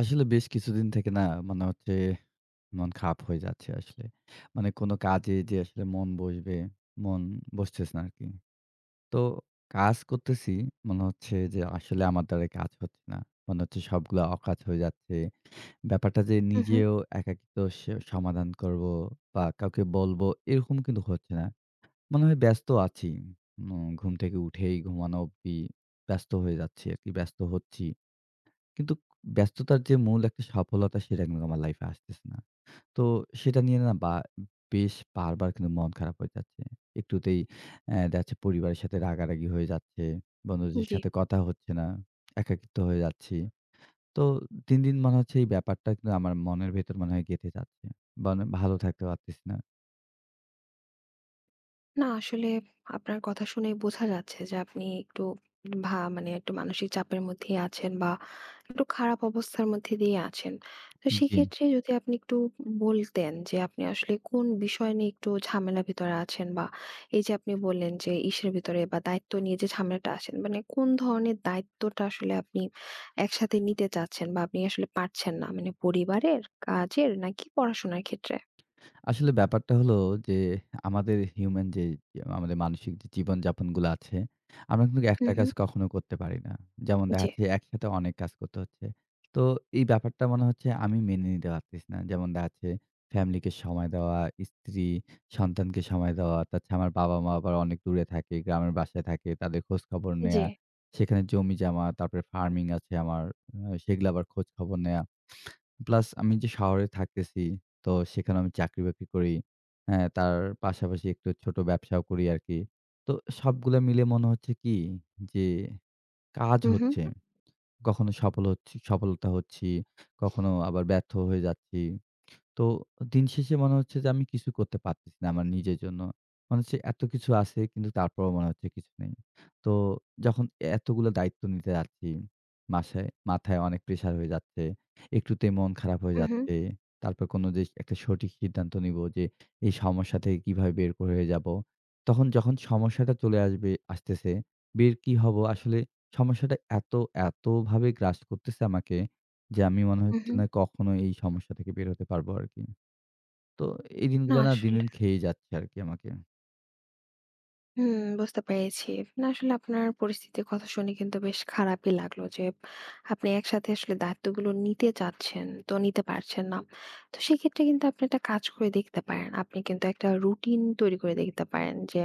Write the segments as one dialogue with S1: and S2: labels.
S1: আসলে বেশ কিছুদিন থেকে না মানে হচ্ছে মন খারাপ হয়ে যাচ্ছে আসলে। মানে কোনো কাজে যে আসলে মন বসবে, মন বসতেছে না আরকি। তো কাজ করতেছি, মনে হচ্ছে যে আসলে আমার দ্বারা কাজ হচ্ছে না। মনে হচ্ছে সবগুলা অকাজ হয়ে যাচ্ছে। ব্যাপারটা যে
S2: হুম, হুম।
S1: নিজেও একাকিত্ব সমাধান করব বা কাউকে বলবো এরকম কিন্তু হচ্ছে না। মনে হয় ব্যস্ত আছি। ঘুম থেকে উঠেই ঘুমানো অবধি ব্যস্ত হয়ে যাচ্ছি আরকি, ব্যস্ত হচ্ছি। কিন্তু ব্যস্ততার যে মূল একটা সফলতা সেটা কিন্তু আমার লাইফে আসতেছে না। তো সেটা নিয়ে না বা বেশ বারবার কিন্তু মন খারাপ হয়ে যাচ্ছে। একটুতেই দেখা যাচ্ছে পরিবারের সাথে রাগারাগি হয়ে যাচ্ছে। বন্ধুদের
S2: জি।
S1: সাথে কথা হচ্ছে না। একাকিত্ব হয়ে যাচ্ছি। তো দিন, দিন মনে হচ্ছে এই ব্যাপারটা কিন্তু আমার মনের ভেতর মনে হয় গেঁথে যাচ্ছে। মানে ভালো থাকতে পারতেছি না।
S2: না আসলে আপনার কথা শুনেই বোঝা যাচ্ছে যে আপনি একটু মানে একটু মানসিক চাপের মধ্যেই আছেন বা একটু খারাপ অবস্থার মধ্যে দিয়ে আছেন। তো
S1: জি।
S2: সেক্ষেত্রে যদি আপনি একটু বলতেন যে আপনি আসলে কোন বিষয় নিয়ে একটু ঝামেলার ভিতরে আছেন বা এই যে আপনি বললেন যে ইসের ভিতরে বা দায়িত্ব নিয়ে যে ঝামেলাটা আছেন মানে কোন ধরনের দায়িত্বটা আসলে আপনি একসাথে নিতে চাচ্ছেন বা আপনি আসলে পারছেন না? মানে পরিবারের, কাজের নাকি পড়াশোনার ক্ষেত্রে?
S1: আসলে ব্যাপারটা হলো যে, আমাদের হিউম্যান যে আমাদের মানসিক যে জীবনযাপনগুলো আছে, আমরা কিন্তু
S2: হুম,
S1: একটা কাজ
S2: হুম।
S1: কখনো করতে পারি না। যেমন দেখা
S2: জি,
S1: যাচ্ছে একসাথে অনেক কাজ করতে হচ্ছে। তো এই ব্যাপারটা মনে হচ্ছে আমি মেনে নিতে পারতেছি না। যেমন দেখা যাচ্ছে ফ্যামিলিকে সময় দেওয়া, স্ত্রী, সন্তানকে সময় দেওয়া, তাছাড়া আমার বাবা-মা আবার অনেক দূরে থাকে, গ্রামের বাসায় থাকে, তাদের খোঁজখবর
S2: জি।
S1: নেয়া, সেখানে জমি-জমা, তারপরে ফার্মিং আছে আমার, সেগুলো আবার খোঁজখবর নেয়া। প্লাস আমি যে শহরে থাকতেছি তো সেখানে আমি চাকরি-বাকরি করি। হ্যাঁ, তার পাশাপাশি একটু ছোট ব্যবসাও করি আরকি। তো সবগুলা মিলে মনে হচ্ছে কি যে কাজ
S2: হুম, হুম।
S1: হচ্ছে। কখনো সফলতা হচ্ছি, কখনো আবার ব্যর্থ হয়ে যাচ্ছি। তো দিন শেষে মনে হচ্ছে যে আমি কিছু করতে পারতেছি না আমার নিজের জন্য। মনে হচ্ছে এত কিছু আছে কিন্তু তারপরেও মনে হচ্ছে কিছু নেই। তো যখন এতগুলো দায়িত্ব নিতে যাচ্ছি, মাথায় অনেক প্রেশার হয়ে যাচ্ছে। একটুতেই মন খারাপ হয়ে
S2: হুম, হুম,
S1: যাচ্ছে। তারপর কোনো যে একটা সঠিক সিদ্ধান্ত নিবো যে এই সমস্যা থেকে কিভাবে বের করে হয়ে যাবো। তখন যখন সমস্যাটা চলে আসতেছে, বের কি হবো আসলে সমস্যাটা এতভাবে গ্রাস করতেছে আমাকে যে আমি মনে
S2: হুম,
S1: হচ্ছে
S2: হুম।
S1: না কখনো এই সমস্যা থেকে বের হতে পারবো আরকি। তো এই
S2: না
S1: দিনগুলা না দিন,
S2: আসলে
S1: দিন খেয়েই যাচ্ছে আরকি আমাকে।
S2: হুম, বুঝতে পেরেছি। না আসলে আপনার পরিস্থিতির কথা শুনে কিন্তু বেশ খারাপই লাগলো যে আপনি একসাথে আসলে দায়িত্বগুলো নিতে চাচ্ছেন, তো নিতে পারছেন না। তো সেক্ষেত্রে কিন্তু আপনি একটা কাজ করে দেখতে পারেন। আপনি কিন্তু একটা রুটিন তৈরি করে দেখতে পারেন যে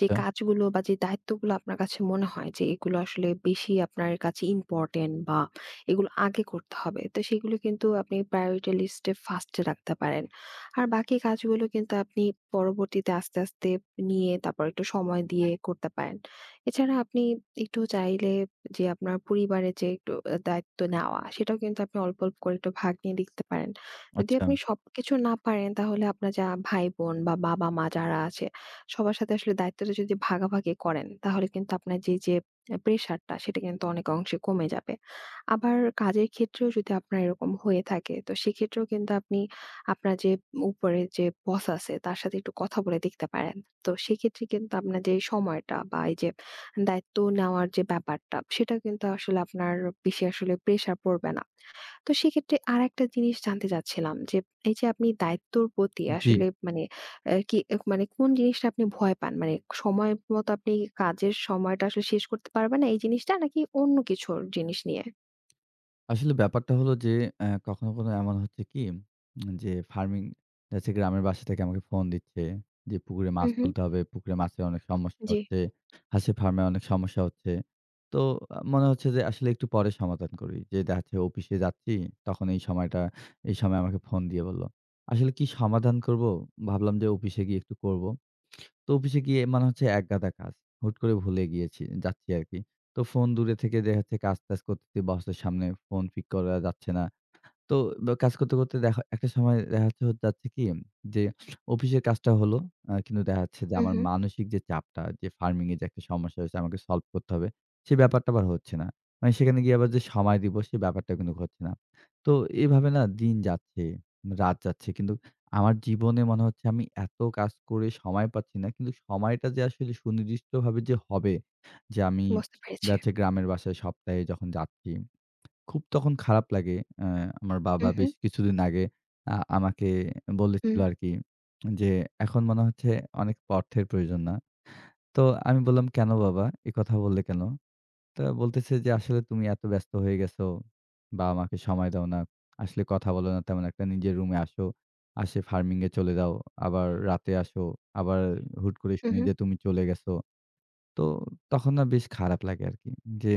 S2: যে কাজগুলো বা যে দায়িত্বগুলো আপনার কাছে মনে হয় যে এগুলো আসলে বেশি আপনার কাছে ইম্পর্টেন্ট বা এগুলো আগে করতে হবে তো সেগুলো কিন্তু আপনি প্রায়োরিটি লিস্টে ফার্স্টে রাখতে পারেন আর বাকি কাজগুলো কিন্তু আপনি পরবর্তীতে আস্তে আস্তে নিয়ে তারপর একটু সময় দিয়ে করতে পারেন এছাড়া আপনি একটু চাইলে যে আপনার পরিবারের যে একটু দায়িত্ব নেওয়া সেটাও কিন্তু আপনি অল্প অল্প করে একটু ভাগ নিয়ে দেখতে পারেন যদি
S1: আচ্ছা।
S2: আপনি সবকিছু না পারেন তাহলে আপনার যা ভাই বোন বা বাবা মা যারা আছে সবার সাথে আসলে দায়িত্বটা যদি ভাগাভাগি করেন, তাহলে কিন্তু আপনার যেই যে প্রেশারটা সেটা কিন্তু অনেক অংশে কমে যাবে। আবার কাজের ক্ষেত্রেও যদি আপনার এরকম হয়ে থাকে, তো সেক্ষেত্রেও কিন্তু আপনি আপনার যে উপরে যে বস আছে তার সাথে একটু কথা বলে দেখতে পারেন। তো সেক্ষেত্রে কিন্তু আপনার যে সময়টা বা এই যে দায়িত্ব নেওয়ার যে ব্যাপারটা, সেটা কিন্তু আসলে আপনার বেশি আসলে প্রেশার পড়বে না। তো সেক্ষেত্রে আরেকটা জিনিস জানতে চাচ্ছিলাম যে, এই যে আপনি দায়িত্বর প্রতি
S1: জি।
S2: আসলে মানে কি মানে কোন জিনিসটা আপনি ভয় পান? মানে সময় মতো আপনি কাজের সময়টা আসলে শেষ করতে পারবেন না এই জিনিসটা? নাকি অন্য কিছুর জিনিস নিয়ে?
S1: আসলে ব্যাপারটা হলো যে, কখনো, কখনো এমন হচ্ছে কি যে ফার্মিং যাচ্ছে গ্রামের বাসা থেকে আমাকে ফোন দিচ্ছে যে, "পুকুরে
S2: হু,
S1: মাছ
S2: হু।
S1: তুলতে হবে। পুকুরে মাছের অনেক সমস্যা
S2: জি।
S1: হচ্ছে। হাঁসের ফার্মে অনেক সমস্যা হচ্ছে।" তো মনে হচ্ছে যে আসলে একটু পরে সমাধান করি। যে দেখা যাচ্ছে অফিসে যাচ্ছি, তখন এই সময়টা এই সময় আমাকে ফোন দিয়ে বলল। আসলে কি সমাধান করব? ভাবলাম যে অফিসে গিয়ে একটু করব। তো অফিসে গিয়ে মানে হচ্ছে একগাদা কাজ। হুট করে ভুলে গিয়েছি যাচ্ছি আরকি। তো ফোন দূরে থেকে দেখা যাচ্ছে কাজ-টাজ করতেছি। বসের সামনে ফোন পিক করা যাচ্ছে না। তো বা কাজ করতে, করতে দেখা একটা সময় দেখা যাচ্ছে যাচ্ছে কি যে অফিসের কাজটা হলো। কিন্তু দেখা যাচ্ছে যে
S2: হু,
S1: আমার
S2: হু।
S1: মানসিক যে চাপটা যে ফার্মিং এ যে একটা সমস্যা হয়েছে আমাকে সলভ করতে হবে, সে ব্যাপারটা আবার হচ্ছে না। মানে সেখানে গিয়ে আবার যে সময় দিব সে ব্যাপারটা কিন্তু হচ্ছে না। তো এভাবে না দিন যাচ্ছে, রাত যাচ্ছে। কিন্তু আমার জীবনে মনে হচ্ছে আমি এত কাজ করে সময় পাচ্ছি না। কিন্তু সময়টা যে আসলে সুনির্দিষ্টভাবে যে হবে যে আমি
S2: বুঝতে
S1: দেখা
S2: পেরেছি।
S1: যাচ্ছে গ্রামের বাসায় সপ্তাহে যখন যাচ্ছি খুব তখন খারাপ লাগে। আমার
S2: হু,
S1: বাবা
S2: হু।
S1: বেশ কিছুদিন আগে আমাকে
S2: হুম।
S1: বলেছিল আরকি যে, "এখন মনে হচ্ছে অনেক অর্থের প্রয়োজন না?" তো আমি বললাম, "কেন বাবা? এ কথা বললে কেন?" তো বলতেছে যে, "আসলে তুমি এত ব্যস্ত হয়ে গেছো বা আমাকে সময় দাও না। আসলে কথা বলো না তেমন একটা। নিজের রুমে আসো, আসে ফার্মিং এ চলে যাও। আবার রাতে আসো। আবার হুট করে
S2: হু,
S1: শুনি
S2: হু।
S1: যে তুমি চলে গেছো।" তো তখন না বেশ খারাপ লাগে আরকি যে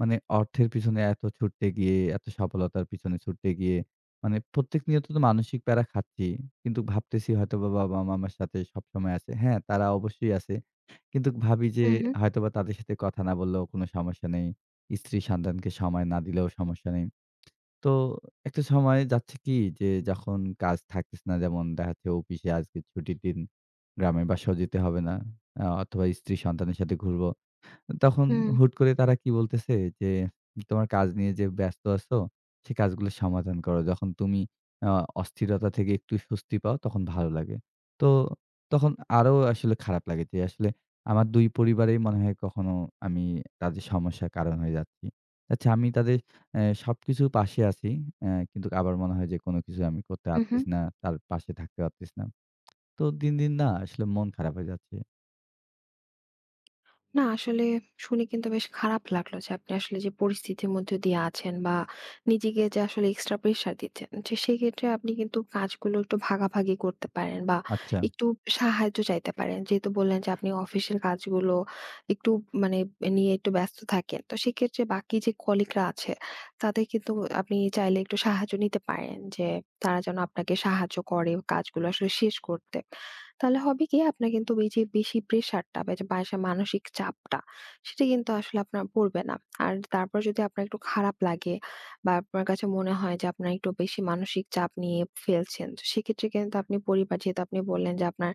S1: মানে অর্থের পিছনে এত ছুটতে গিয়ে, এত সফলতার পিছনে ছুটতে গিয়ে মানে প্রত্যেক নিয়ত তো মানসিক প্যারা খাচ্ছি। কিন্তু ভাবতেছি হয়তোবা বাবা-মা আমার সাথে সবসময় আছে। হ্যাঁ, তারা অবশ্যই আছে। কিন্তু ভাবি যে
S2: হু, হু।
S1: হয়তোবা তাদের সাথে কথা না বললেও কোনো সমস্যা নেই। স্ত্রী সন্তানকে সময় না দিলেও সমস্যা নেই। তো একটা সময় যাচ্ছে কি যে যখন কাজ থাকতেছে না যেমন দেখা যাচ্ছে অফিসে আজকে ছুটির দিন, গ্রামে বাসাও যেতে হবে না। অথবা স্ত্রী সন্তানের সাথে ঘুরবো। তখন
S2: হুম।
S1: হুট করে তারা কি বলতেছে যে, "তোমার কাজ নিয়ে যে ব্যস্ত আছো, সে কাজগুলো সমাধান করো। যখন তুমি আ অস্থিরতা থেকে একটু স্বস্তি পাও, তখন ভালো লাগে।" তো তখন আরো আসলে খারাপ লাগে যে আসলে আমার ২ পরিবারেই মনে হয় কখনো আমি তাদের সমস্যার কারণ হয়ে যাচ্ছি। আচ্ছা আমি তাদের সবকিছুর পাশে আছি। কিন্তু আবার মনে হয় যে কোনো কিছু আমি করতে
S2: হু, হু।
S1: পারতেছি না, তার পাশে থাকতে পারতেছি না। তো দিন, দিন না আসলে মন খারাপ হয়ে যাচ্ছে।
S2: না আসলে শুনে কিন্তু বেশ খারাপ লাগলো যে আপনি আসলে যে পরিস্থিতির মধ্যে দিয়ে আছেন বা নিজেকে যে আসলে এক্সট্রা প্রেশার দিচ্ছেন যে সেক্ষেত্রে আপনি কিন্তু কাজগুলো একটু ভাগাভাগি করতে পারেন বা
S1: আচ্ছা।
S2: একটু সাহায্য চাইতে পারেন যেহেতু বললেন যে আপনি অফিসের কাজগুলো একটু মানে নিয়ে একটু ব্যস্ত থাকেন তো সেক্ষেত্রে বাকি যে কলিগরা আছে তাদের কিন্তু আপনি চাইলে একটু সাহায্য নিতে পারেন যে তারা যেন আপনাকে সাহায্য করে কাজগুলো আসলে শেষ করতে তাহলে হবে কি আপনার কিন্তু এই যে বেশি প্রেশারটা বা যে বা সে মানসিক চাপটা সেটা কিন্তু আসলে আপনার পড়বে না। আর তারপর যদি আপনার একটু খারাপ লাগে বা আপনার কাছে মনে হয় যে আপনার একটু বেশি মানসিক চাপ নিয়ে ফেলছেন। তো সেক্ষেত্রে কিন্তু আপনি পরিবার যেহেতু আপনি বললেন যে আপনার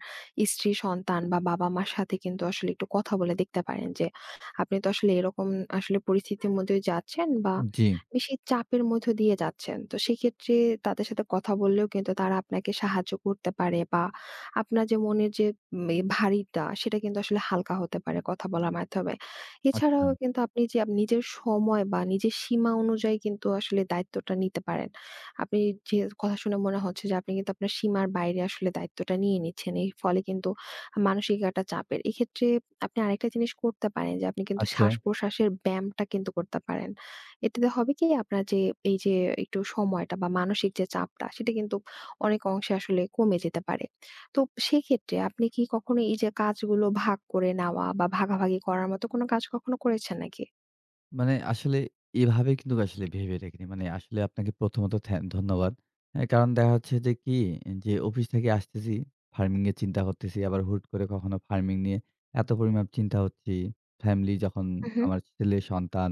S2: স্ত্রী, সন্তান বা বাবা-মার সাথে কিন্তু আসলে একটু কথা বলে দেখতে পারেন যে আপনি তো আসলে এরকম আসলে পরিস্থিতির মধ্যে যাচ্ছেন বা
S1: জি।
S2: বেশি চাপের মধ্য দিয়ে যাচ্ছেন। তো সেক্ষেত্রে তাদের সাথে কথা বললেও কিন্তু তারা আপনাকে সাহায্য করতে পারে বা আপনার যে মনের যে এ ভারীটা সেটা কিন্তু আসলে হালকা হতে পারে কথা বলার মাধ্যমে।
S1: আচ্ছা,
S2: এছাড়াও কিন্তু আপনি যে নিজের সময় বা নিজের সীমা অনুযায়ী কিন্তু আসলে দায়িত্বটা নিতে পারেন। আপনি যে কথা শুনে মনে হচ্ছে যে আপনি কিন্তু আপনার সীমার বাইরে আসলে দায়িত্বটা নিয়ে নিচ্ছেন। এর ফলে কিন্তু মানসিক একটা চাপের। এক্ষেত্রে আপনি আরেকটা জিনিস করতে পারেন যে আপনি কিন্তু
S1: আচ্ছা।
S2: শ্বাস-প্রশ্বাসের ব্যায়ামটা কিন্তু করতে পারেন। এটাতে হবে কি আপনার যে এই যে একটু সময়টা বা মানসিক যে চাপটা সেটা কিন্তু অনেক অংশে আসলে কমে যেতে পারে। তো সেক্ষেত্রে আপনি কি কখনো এই যে কাজগুলো ভাগ করে নেওয়া বা ভাগাভাগি করার মতো কোনো কাজ কখনো করেছেন নাকি?
S1: মানে আসলে এভাবে কিন্তু আসলে ভেবে দেখিনি। মানে আসলে আপনাকে প্রথমত ধন্যবাদ। কারণ দেখা হচ্ছে যে কি যে অফিস থেকে আসতেছি, ফার্মিং এর চিন্তা করতেছি। আবার হুট করে কখনো ফার্মিং নিয়ে এত পরিমাণ চিন্তা হচ্ছি। ফ্যামিলি যখন
S2: হু, হু,
S1: আমার ছেলে সন্তান,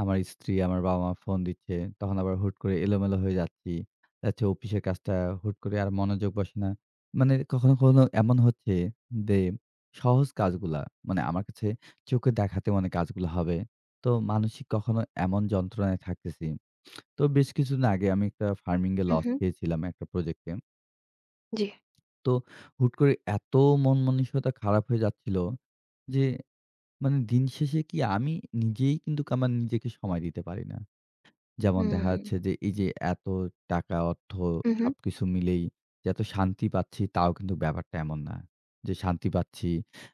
S1: আমার স্ত্রী, আমার বাবা-মা ফোন দিচ্ছে, তখন আবার হুট করে এলোমেলো হয়ে যাচ্ছি। যাচ্ছে অফিসের কাজটা হুট করে আর মনোযোগ বসে না। মানে কখনো, কখনো এমন হচ্ছে যে সহজ কাজগুলা মানে আমার কাছে চোখে দেখাতেও অনেক কাজগুলো হবে। তো মানসিক কখনো এমন যন্ত্রণায় থাকতেছি। তো বেশ কিছুদিন আগে আমি একটা ফার্মিং এ
S2: হু,
S1: লস
S2: হু।
S1: খেয়েছিলাম একটা প্রজেক্টে।
S2: জি।
S1: তো হুট করে এত মন মানসিকতা খারাপ হয়ে যাচ্ছিল যে, মানে দিন শেষে কি আমি নিজেই কিন্তু আমার নিজেকে সময় দিতে পারি না। যেমন
S2: হুম।
S1: দেখা যাচ্ছে যে এই যে এত টাকা, অর্থ
S2: হু, হু।
S1: সবকিছু মিলেই যে এত শান্তি পাচ্ছি তাও কিন্তু ব্যাপারটা এমন না। যে শান্তি পাচ্ছি,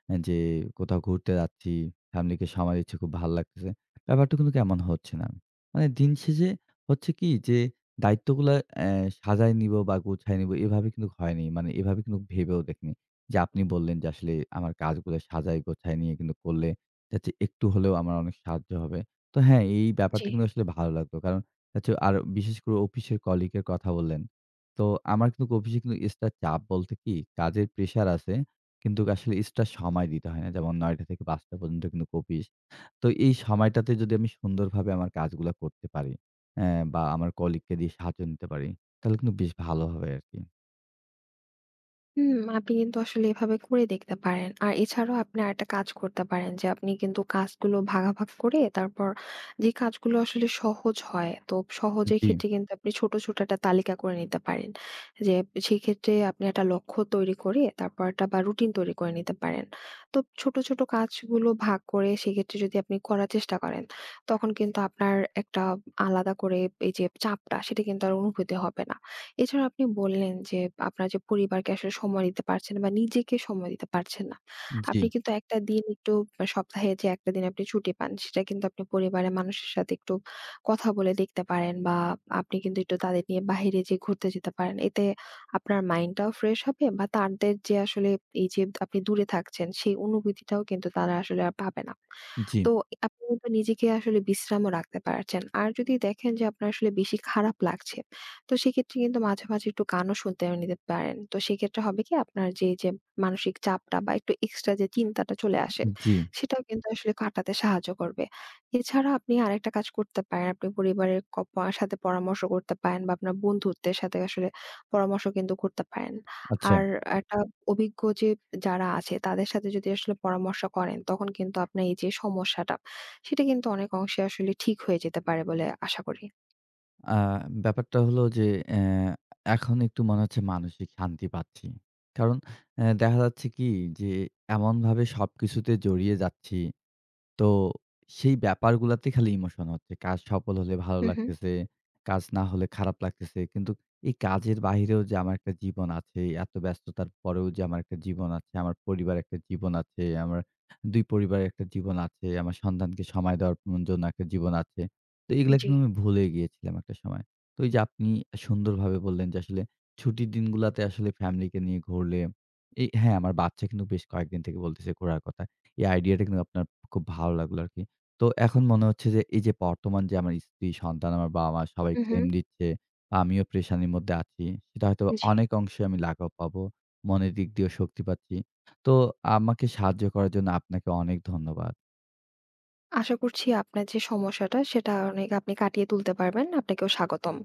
S1: যে কোথাও ঘুরতে যাচ্ছি, ফ্যামিলিকে সময় দিচ্ছি, খুব ভাল লাগতেছে। ব্যাপারটা কিন্তু এমন হচ্ছে না। মানে দিন শেষে হচ্ছে কি যে দায়িত্বগুলা সাজায় নিবো বা গুছায় নিবো এভাবে কিন্তু হয়নি। মানে এভাবে কিন্তু ভেবেও দেখিনি। যে আপনি বললেন যে আসলে আমার কাজগুলো সাজায় গোছায় নিয়ে কিন্তু করলে যাতে একটু হলেও আমার অনেক সাহায্য হবে। তো হ্যাঁ, এই
S2: জি।
S1: ব্যাপারটা কিন্তু আসলে ভালো লাগলো। কারণ হচ্ছে আর বিশেষ করে অফিসের কলিগ এর কথা বললেন। তো আমার কিন্তু অফিসে কিন্তু এক্সট্রা চাপ বলতে কি কাজের প্রেশার আছে। কিন্তু আসলে এক্সট্রা সময় দিতে হয় না। যেমন ৯ঃ০০ থেকে ৫ঃ০০ পর্যন্ত কিন্তু অফিস। তো এই সময়টাতে যদি আমি সুন্দরভাবে আমার কাজগুলা করতে পারি, অ্যা বা আমার কলিগকে দিয়ে সাহায্য নিতে পারি, তাহলে কিন্তু বেশ ভালো হবে আরকি।
S2: হুম, আপনি কিন্তু আসলে এভাবে করে দেখতে পারেন। আর এছাড়াও আপনি আরেকটা কাজ করতে পারেন যে আপনি কিন্তু কাজগুলো ভাগাভাগ করে তারপর যে কাজগুলো আসলে সহজ হয় তো সহজের
S1: জি,
S2: ক্ষেত্রে কিন্তু আপনি ছোট, ছোট একটা তালিকা করে নিতে পারেন। যে সেক্ষেত্রে আপনি একটা লক্ষ্য তৈরি করে তারপর একটা বা রুটিন তৈরি করে নিতে পারেন। তো ছোট, ছোট কাজগুলো ভাগ করে সেক্ষেত্রে যদি আপনি করার চেষ্টা করেন তখন কিন্তু আপনার একটা আলাদা করে এই যে চাপটা সেটা কিন্তু আর অনুভূতি হবে না। এছাড়া আপনি বললেন যে আপনার যে পরিবারকে আসলে সময় দিতে পারছেন না বা নিজেকে সময় দিতে পারছেন না।
S1: জি,
S2: আপনি কিন্তু একটা দিন একটু বা সপ্তাহে যে একটা দিন আপনি ছুটি পান সেটা কিন্তু আপনি পরিবারের মানুষের সাথে একটু কথা বলে দেখতে পারেন বা আপনি কিন্তু একটু তাদের নিয়ে বাহিরে যেয়ে ঘুরতে যেতে পারেন। এতে আপনার মাইন্ডটাও ফ্রেশ হবে বা তাদের যে আসলে এই যে আপনি দূরে থাকছেন সেই অনুভূতিটাও কিন্তু তারা আসলে আর পাবে না।
S1: জি,
S2: তো আপনি কিন্তু নিজেকে আসলে বিশ্রামও রাখতে পারছেন। আর যদি দেখেন যে আপনার আসলে বেশি খারাপ লাগছে তো সেক্ষেত্রে কিন্তু মাঝে, মাঝে একটু গানও শুনতে নিতে পারেন। তো সেক্ষেত্রে হবে কি আপনার যে, যে মানসিক চাপটা বা একটু এক্সট্রা যে চিন্তাটা চলে আসে,
S1: জি।
S2: সেটাও কিন্তু আসলে কাটাতে সাহায্য করবে। এছাড়া আপনি আরেকটা কাজ করতে পারেন। আপনি পরিবারের ক প সাথে পরামর্শ করতে পারেন বা আপনার বন্ধুত্বের সাথে আসলে পরামর্শ কিন্তু করতে পারেন।
S1: আচ্ছা।
S2: আর একটা অভিজ্ঞ যে যারা আছে তাদের সাথে যদি আসলে পরামর্শ করেন, তখন কিন্তু আপনার এই যে সমস্যাটা, সেটা কিন্তু অনেক অংশে আসলে ঠিক হয়ে যেতে পারে বলে আশা করি।
S1: আ ব্যাপারটা হলো যে অ্যা এখন একটু মনে হচ্ছে মানসিক শান্তি পাচ্ছি। কারণ দেখা যাচ্ছে কি যে এমনভাবে সবকিছুতে জড়িয়ে যাচ্ছি তো সেই ব্যাপারগুলাতে খালি ইমোশন হচ্ছে। কাজ সফল হলে ভালো
S2: হু, হু।
S1: লাগতেছে, কাজ না হলে খারাপ লাগতেছে। কিন্তু এই কাজের বাহিরেও যে আমার একটা জীবন আছে, এত ব্যস্ততার পরেও যে আমার একটা জীবন আছে, আমার পরিবারের একটা জীবন আছে, আমার ২ পরিবারের একটা জীবন আছে, আমার সন্তানকে সময় দেওয়ার জন্য একটা জীবন আছে। তো এগুলা
S2: জি।
S1: কিন্তু আমি ভুলে গিয়েছিলাম একটা সময়। তো এই যে আপনি সুন্দরভাবে বললেন যে আসলে ছুটির দিনগুলাতে আসলে ফ্যামিলিকে নিয়ে ঘুরলে এই হ্যাঁ, আমার বাচ্চা কিন্তু বেশ কয়েকদিন থেকে বলতেছে ঘোরার কথা। এই আইডিয়াটা কিন্তু আপনার খুব ভালো লাগলো আরকি। তো এখন মনে হচ্ছে যে এই যে বর্তমান যে আমার স্ত্রী, সন্তান, আমার বাবা-মা সবাই
S2: হু, হু।
S1: ক্লেম দিচ্ছে। আমিও প্রেশানির মধ্যে আছি। সেটা হয়তো
S2: জি।
S1: অনেক অংশে আমি লাঘব পাবো। মনের দিক দিয়েও শক্তি পাচ্ছি। তো আমাকে সাহায্য করার জন্য আপনাকে অনেক ধন্যবাদ।
S2: আশা করছি আপনার যে সমস্যাটা সেটা অনেক আপনি কাটিয়ে তুলতে পারবেন। আপনাকেও স্বাগতম।